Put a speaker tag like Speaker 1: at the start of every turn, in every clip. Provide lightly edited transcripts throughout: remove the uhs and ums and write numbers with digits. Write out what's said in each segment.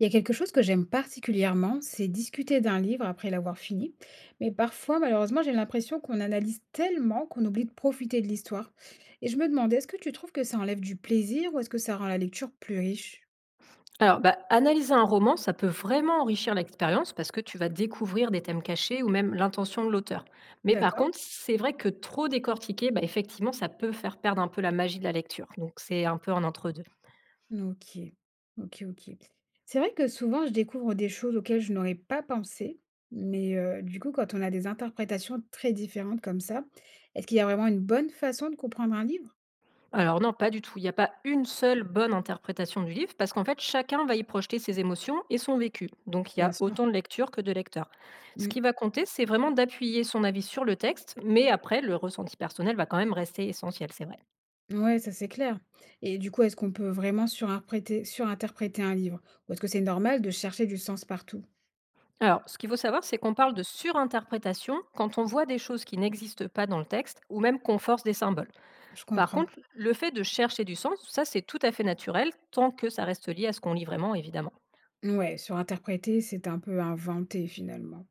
Speaker 1: Il y a quelque chose que j'aime particulièrement, c'est discuter d'un livre après l'avoir fini. Mais parfois, malheureusement, j'ai l'impression qu'on analyse tellement qu'on oublie de profiter de l'histoire. Et je me demandais, est-ce que tu trouves que ça enlève du plaisir ou est-ce que ça rend la lecture plus riche?
Speaker 2: Alors, bah, analyser un roman, ça peut vraiment enrichir l'expérience parce que tu vas découvrir des thèmes cachés ou même l'intention de l'auteur. Mais par
Speaker 1: D'accord?
Speaker 2: contre, c'est vrai que trop décortiquer, bah, effectivement, ça peut faire perdre un peu la magie de la lecture. Donc, c'est un peu un entre-deux.
Speaker 1: Ok, ok, ok. C'est vrai que souvent, je découvre des choses auxquelles je n'aurais pas pensé. Mais du coup, quand on a des interprétations très différentes comme ça, est-ce qu'il y a vraiment une bonne façon de comprendre un livre?
Speaker 2: Alors non, pas du tout. Il n'y a pas une seule bonne interprétation du livre parce qu'en fait, chacun va y projeter ses émotions et son vécu. Donc, il y
Speaker 1: Bien
Speaker 2: a
Speaker 1: sûr.
Speaker 2: autant de lectures que de lecteurs. Ce
Speaker 1: Mmh.
Speaker 2: qui va compter, c'est vraiment d'appuyer son avis sur le texte, mais après, le ressenti personnel va quand même rester essentiel, c'est vrai.
Speaker 1: Ouais, ça c'est clair. Et du coup, est-ce qu'on peut vraiment surinterpréter un livre? Ou est-ce que c'est normal de chercher du sens partout?
Speaker 2: Alors, ce qu'il faut savoir, c'est qu'on parle de surinterprétation quand on voit des choses qui n'existent pas dans le texte ou même qu'on force des symboles.
Speaker 1: Je
Speaker 2: Par
Speaker 1: comprends.
Speaker 2: contre, le fait de chercher du sens, ça c'est tout à fait naturel tant que ça reste lié à ce qu'on lit vraiment, évidemment.
Speaker 1: Ouais, surinterpréter, c'est un peu inventé finalement.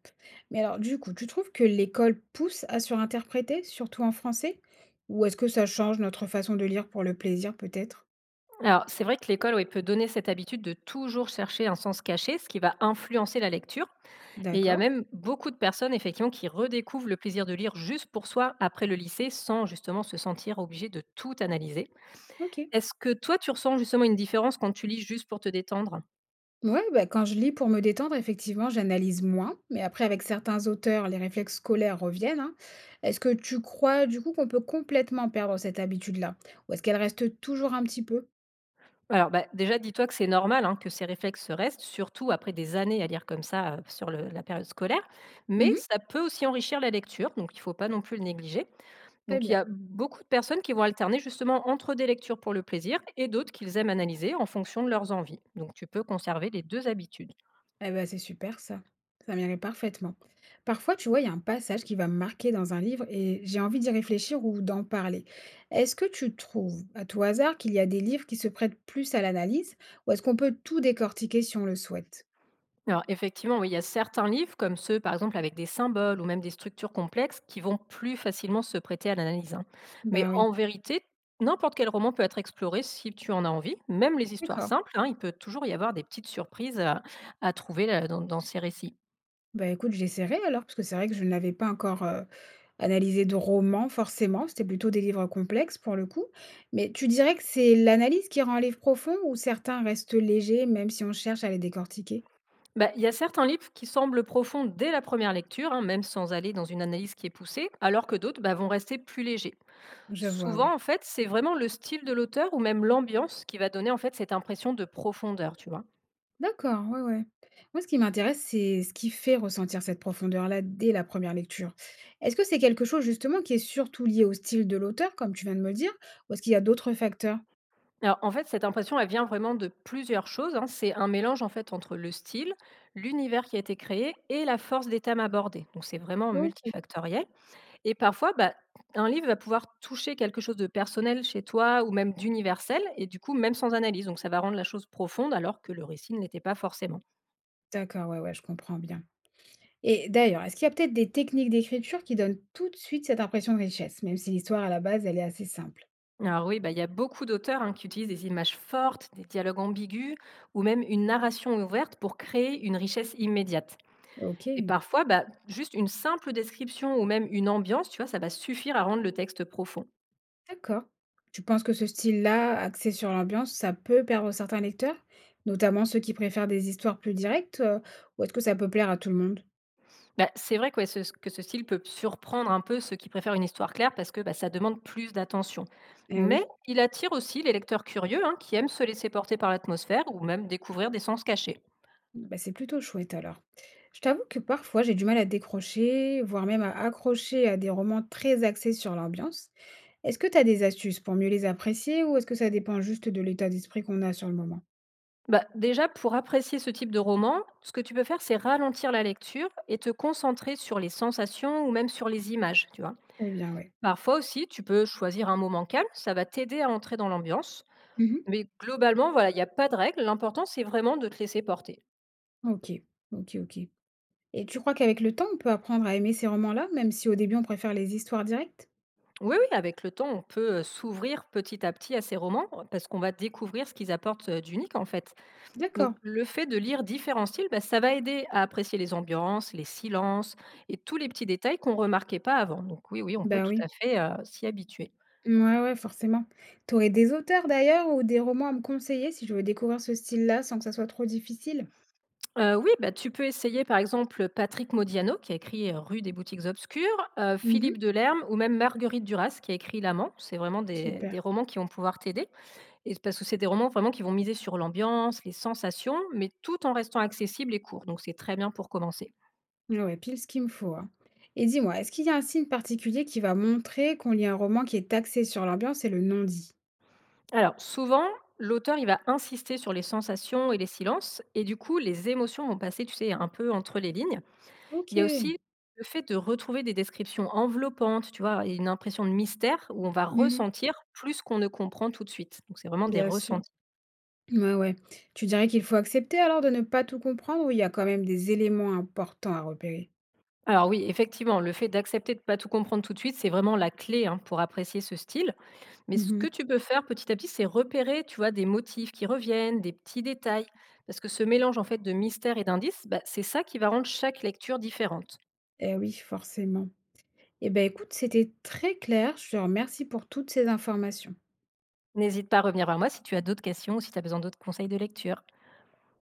Speaker 1: Mais alors, du coup, tu trouves que l'école pousse à surinterpréter, surtout en français? Ou est-ce que ça change notre façon de lire pour le plaisir peut-être?
Speaker 2: Alors, c'est vrai que l'école oui, peut donner cette habitude de toujours chercher un sens caché, ce qui va influencer la lecture. Et il y a
Speaker 1: D'accord,
Speaker 2: même beaucoup de personnes, effectivement, qui redécouvrent le plaisir de lire juste pour soi après le lycée, sans justement se sentir obligé de tout analyser.
Speaker 1: ok.
Speaker 2: Est-ce que toi, tu ressens justement une différence quand tu lis juste pour te détendre?
Speaker 1: Ouais, bah, quand je lis pour me détendre, effectivement, j'analyse moins. Mais après, avec certains auteurs, les réflexes scolaires reviennent, hein. Est-ce que tu crois, du coup, qu'on peut complètement perdre cette habitude-là? Ou est-ce qu'elle reste toujours un petit peu?
Speaker 2: Alors, bah, déjà, dis-toi que c'est normal hein, que ces réflexes restent, surtout après des années à lire comme ça, sur la période scolaire. Mais
Speaker 1: Mhm,
Speaker 2: ça peut aussi enrichir la lecture, donc il ne faut pas non plus le négliger.
Speaker 1: très
Speaker 2: Donc, il y
Speaker 1: bien.
Speaker 2: a beaucoup de personnes qui vont alterner justement entre des lectures pour le plaisir et d'autres qu'ils aiment analyser en fonction de leurs envies. Donc, tu peux conserver les deux habitudes.
Speaker 1: Eh ben, c'est super, ça. Ça m'irait parfaitement. Parfois, tu vois, il y a un passage qui va me marquer dans un livre et j'ai envie d'y réfléchir ou d'en parler. Est-ce que tu trouves, à tout hasard, qu'il y a des livres qui se prêtent plus à l'analyse? Ou est-ce qu'on peut tout décortiquer si on le souhaite?
Speaker 2: Alors effectivement, oui, il y a certains livres, comme ceux par exemple avec des symboles ou même des structures complexes, qui vont plus facilement se prêter à l'analyse, hein. Mais
Speaker 1: Ben oui.
Speaker 2: en vérité, n'importe quel roman peut être exploré si tu en as envie. Même les histoires
Speaker 1: D'accord.
Speaker 2: simples, hein, il peut toujours y avoir des petites surprises à trouver là, dans ces récits.
Speaker 1: Bah, écoute, j'essaierai alors, parce que c'est vrai que je n'avais pas encore, analysé de roman forcément, c'était plutôt des livres complexes pour le coup. Mais tu dirais que c'est l'analyse qui rend un livre profond ou certains restent légers même si on cherche à les décortiquer?
Speaker 2: Bah, il y a certains livres qui semblent profonds dès la première lecture, hein, même sans aller dans une analyse qui est poussée, alors que d'autres bah, vont rester plus légers.
Speaker 1: Je vois,
Speaker 2: Souvent, en
Speaker 1: ouais.
Speaker 2: fait, c'est vraiment le style de l'auteur ou même l'ambiance qui va donner en fait cette impression de profondeur, tu vois.
Speaker 1: D'accord, ouais, ouais. Moi, ce qui m'intéresse, c'est ce qui fait ressentir cette profondeur-là dès la première lecture. Est-ce que c'est quelque chose justement qui est surtout lié au style de l'auteur, comme tu viens de me le dire, ou est-ce qu'il y a d'autres facteurs?
Speaker 2: Alors, en fait, cette impression, elle vient vraiment de plusieurs choses, hein. C'est un mélange, en fait, entre le style, l'univers qui a été créé et la force des thèmes abordés. Donc, c'est vraiment
Speaker 1: OK.
Speaker 2: multifactoriel. Et parfois, bah, un livre va pouvoir toucher quelque chose de personnel chez toi ou même d'universel et du coup, même sans analyse. Donc, ça va rendre la chose profonde alors que le récit ne l'était pas forcément.
Speaker 1: D'accord, ouais, ouais, je comprends bien. Et d'ailleurs, est-ce qu'il y a peut-être des techniques d'écriture qui donnent tout de suite cette impression de richesse, même si l'histoire à la base, elle est assez simple?
Speaker 2: Alors oui, bah, il y a beaucoup d'auteurs hein, qui utilisent des images fortes, des dialogues ambigus ou même une narration ouverte pour créer une richesse immédiate. Et
Speaker 1: OK,
Speaker 2: parfois, bah, juste une simple description ou même une ambiance, tu vois, ça va suffire à rendre le texte profond.
Speaker 1: d'accord. Tu penses que ce style-là, axé sur l'ambiance, ça peut perdre certains lecteurs, notamment ceux qui préfèrent des histoires plus directes, ou est-ce que ça peut plaire à tout le monde?
Speaker 2: Bah, c'est vrai que, ouais, que ce style peut surprendre un peu ceux qui préfèrent une histoire claire parce que bah, ça demande plus d'attention.
Speaker 1: Eh
Speaker 2: Mais
Speaker 1: oui,
Speaker 2: il attire aussi les lecteurs curieux hein, qui aiment se laisser porter par l'atmosphère ou même découvrir des sens cachés.
Speaker 1: bah c'est plutôt chouette alors. Je t'avoue que parfois j'ai du mal à décrocher, voire même à accrocher à des romans très axés sur l'ambiance. Est-ce que tu as des astuces pour mieux les apprécier ou est-ce que ça dépend juste de l'état d'esprit qu'on a sur le moment?
Speaker 2: Bah, déjà, pour apprécier ce type de roman, ce que tu peux faire, c'est ralentir la lecture et te concentrer sur les sensations ou même sur les images, tu vois.
Speaker 1: Très bien, ouais.
Speaker 2: Parfois aussi, tu peux choisir un moment calme, ça va t'aider à entrer dans l'ambiance.
Speaker 1: Mmh.
Speaker 2: Mais globalement, voilà, il n'y a pas de règle. L'important, c'est vraiment de te laisser porter.
Speaker 1: OK. OK, OK. Et tu crois qu'avec le temps, on peut apprendre à aimer ces romans-là, même si au début on préfère les histoires directes?
Speaker 2: Oui, oui, avec le temps, on peut s'ouvrir petit à petit à ces romans parce qu'on va découvrir ce qu'ils apportent d'unique en fait. Donc,
Speaker 1: D'accord.
Speaker 2: le fait de lire différents styles, bah, ça va aider à apprécier les ambiances, les silences et tous les petits détails qu'on remarquait pas avant. Donc, oui, oui, on peut
Speaker 1: Bah
Speaker 2: tout à
Speaker 1: oui.
Speaker 2: fait s'y habituer.
Speaker 1: Ouais ouais, forcément. T'aurais des auteurs d'ailleurs ou des romans à me conseiller si je veux découvrir ce style-là sans que ça soit trop difficile?
Speaker 2: Oui, bah, tu peux essayer par exemple Patrick Modiano qui a écrit, Rue des boutiques obscures, Philippe
Speaker 1: Mmh.
Speaker 2: Delerme ou même Marguerite Duras qui a écrit L'amant. C'est vraiment des
Speaker 1: Super.
Speaker 2: romans qui vont pouvoir t'aider et c'est parce que c'est des romans vraiment qui vont miser sur l'ambiance, les sensations, mais tout en restant accessible et court, donc c'est très bien pour commencer.
Speaker 1: Ouais, ouais, pile ce qu'il me faut, hein. Et dis-moi, est-ce qu'il y a un signe particulier qui va montrer qu'on lit un roman qui est axé sur l'ambiance et le non-dit?
Speaker 2: Alors souvent, l'auteur, il va insister sur les sensations et les silences et du coup les émotions vont passer, tu sais, un peu entre les lignes. Il y a
Speaker 1: OK.
Speaker 2: aussi le fait de retrouver des descriptions enveloppantes, tu vois? Et une impression de mystère où on va
Speaker 1: Mmh.
Speaker 2: ressentir plus qu'on ne comprend tout de suite. Donc c'est vraiment des
Speaker 1: Bien sûr.
Speaker 2: ressentis.
Speaker 1: Ouais, ouais. Tu dirais qu'il faut accepter alors de ne pas tout comprendre ou il y a quand même des éléments importants à repérer?
Speaker 2: Alors oui, effectivement, le fait d'accepter de ne pas tout comprendre tout de suite, c'est vraiment la clé, hein, pour apprécier ce style. Mais ce
Speaker 1: Mhm.
Speaker 2: que tu peux faire petit à petit, c'est repérer, tu vois, des motifs qui reviennent, des petits détails. Parce que ce mélange, en fait, de mystère et d'indices, bah, c'est ça qui va rendre chaque lecture différente.
Speaker 1: Eh oui, forcément. Eh ben écoute, c'était très clair. Je te remercie pour toutes ces informations.
Speaker 2: N'hésite pas à revenir vers moi si tu as d'autres questions ou si tu as besoin d'autres conseils de lecture.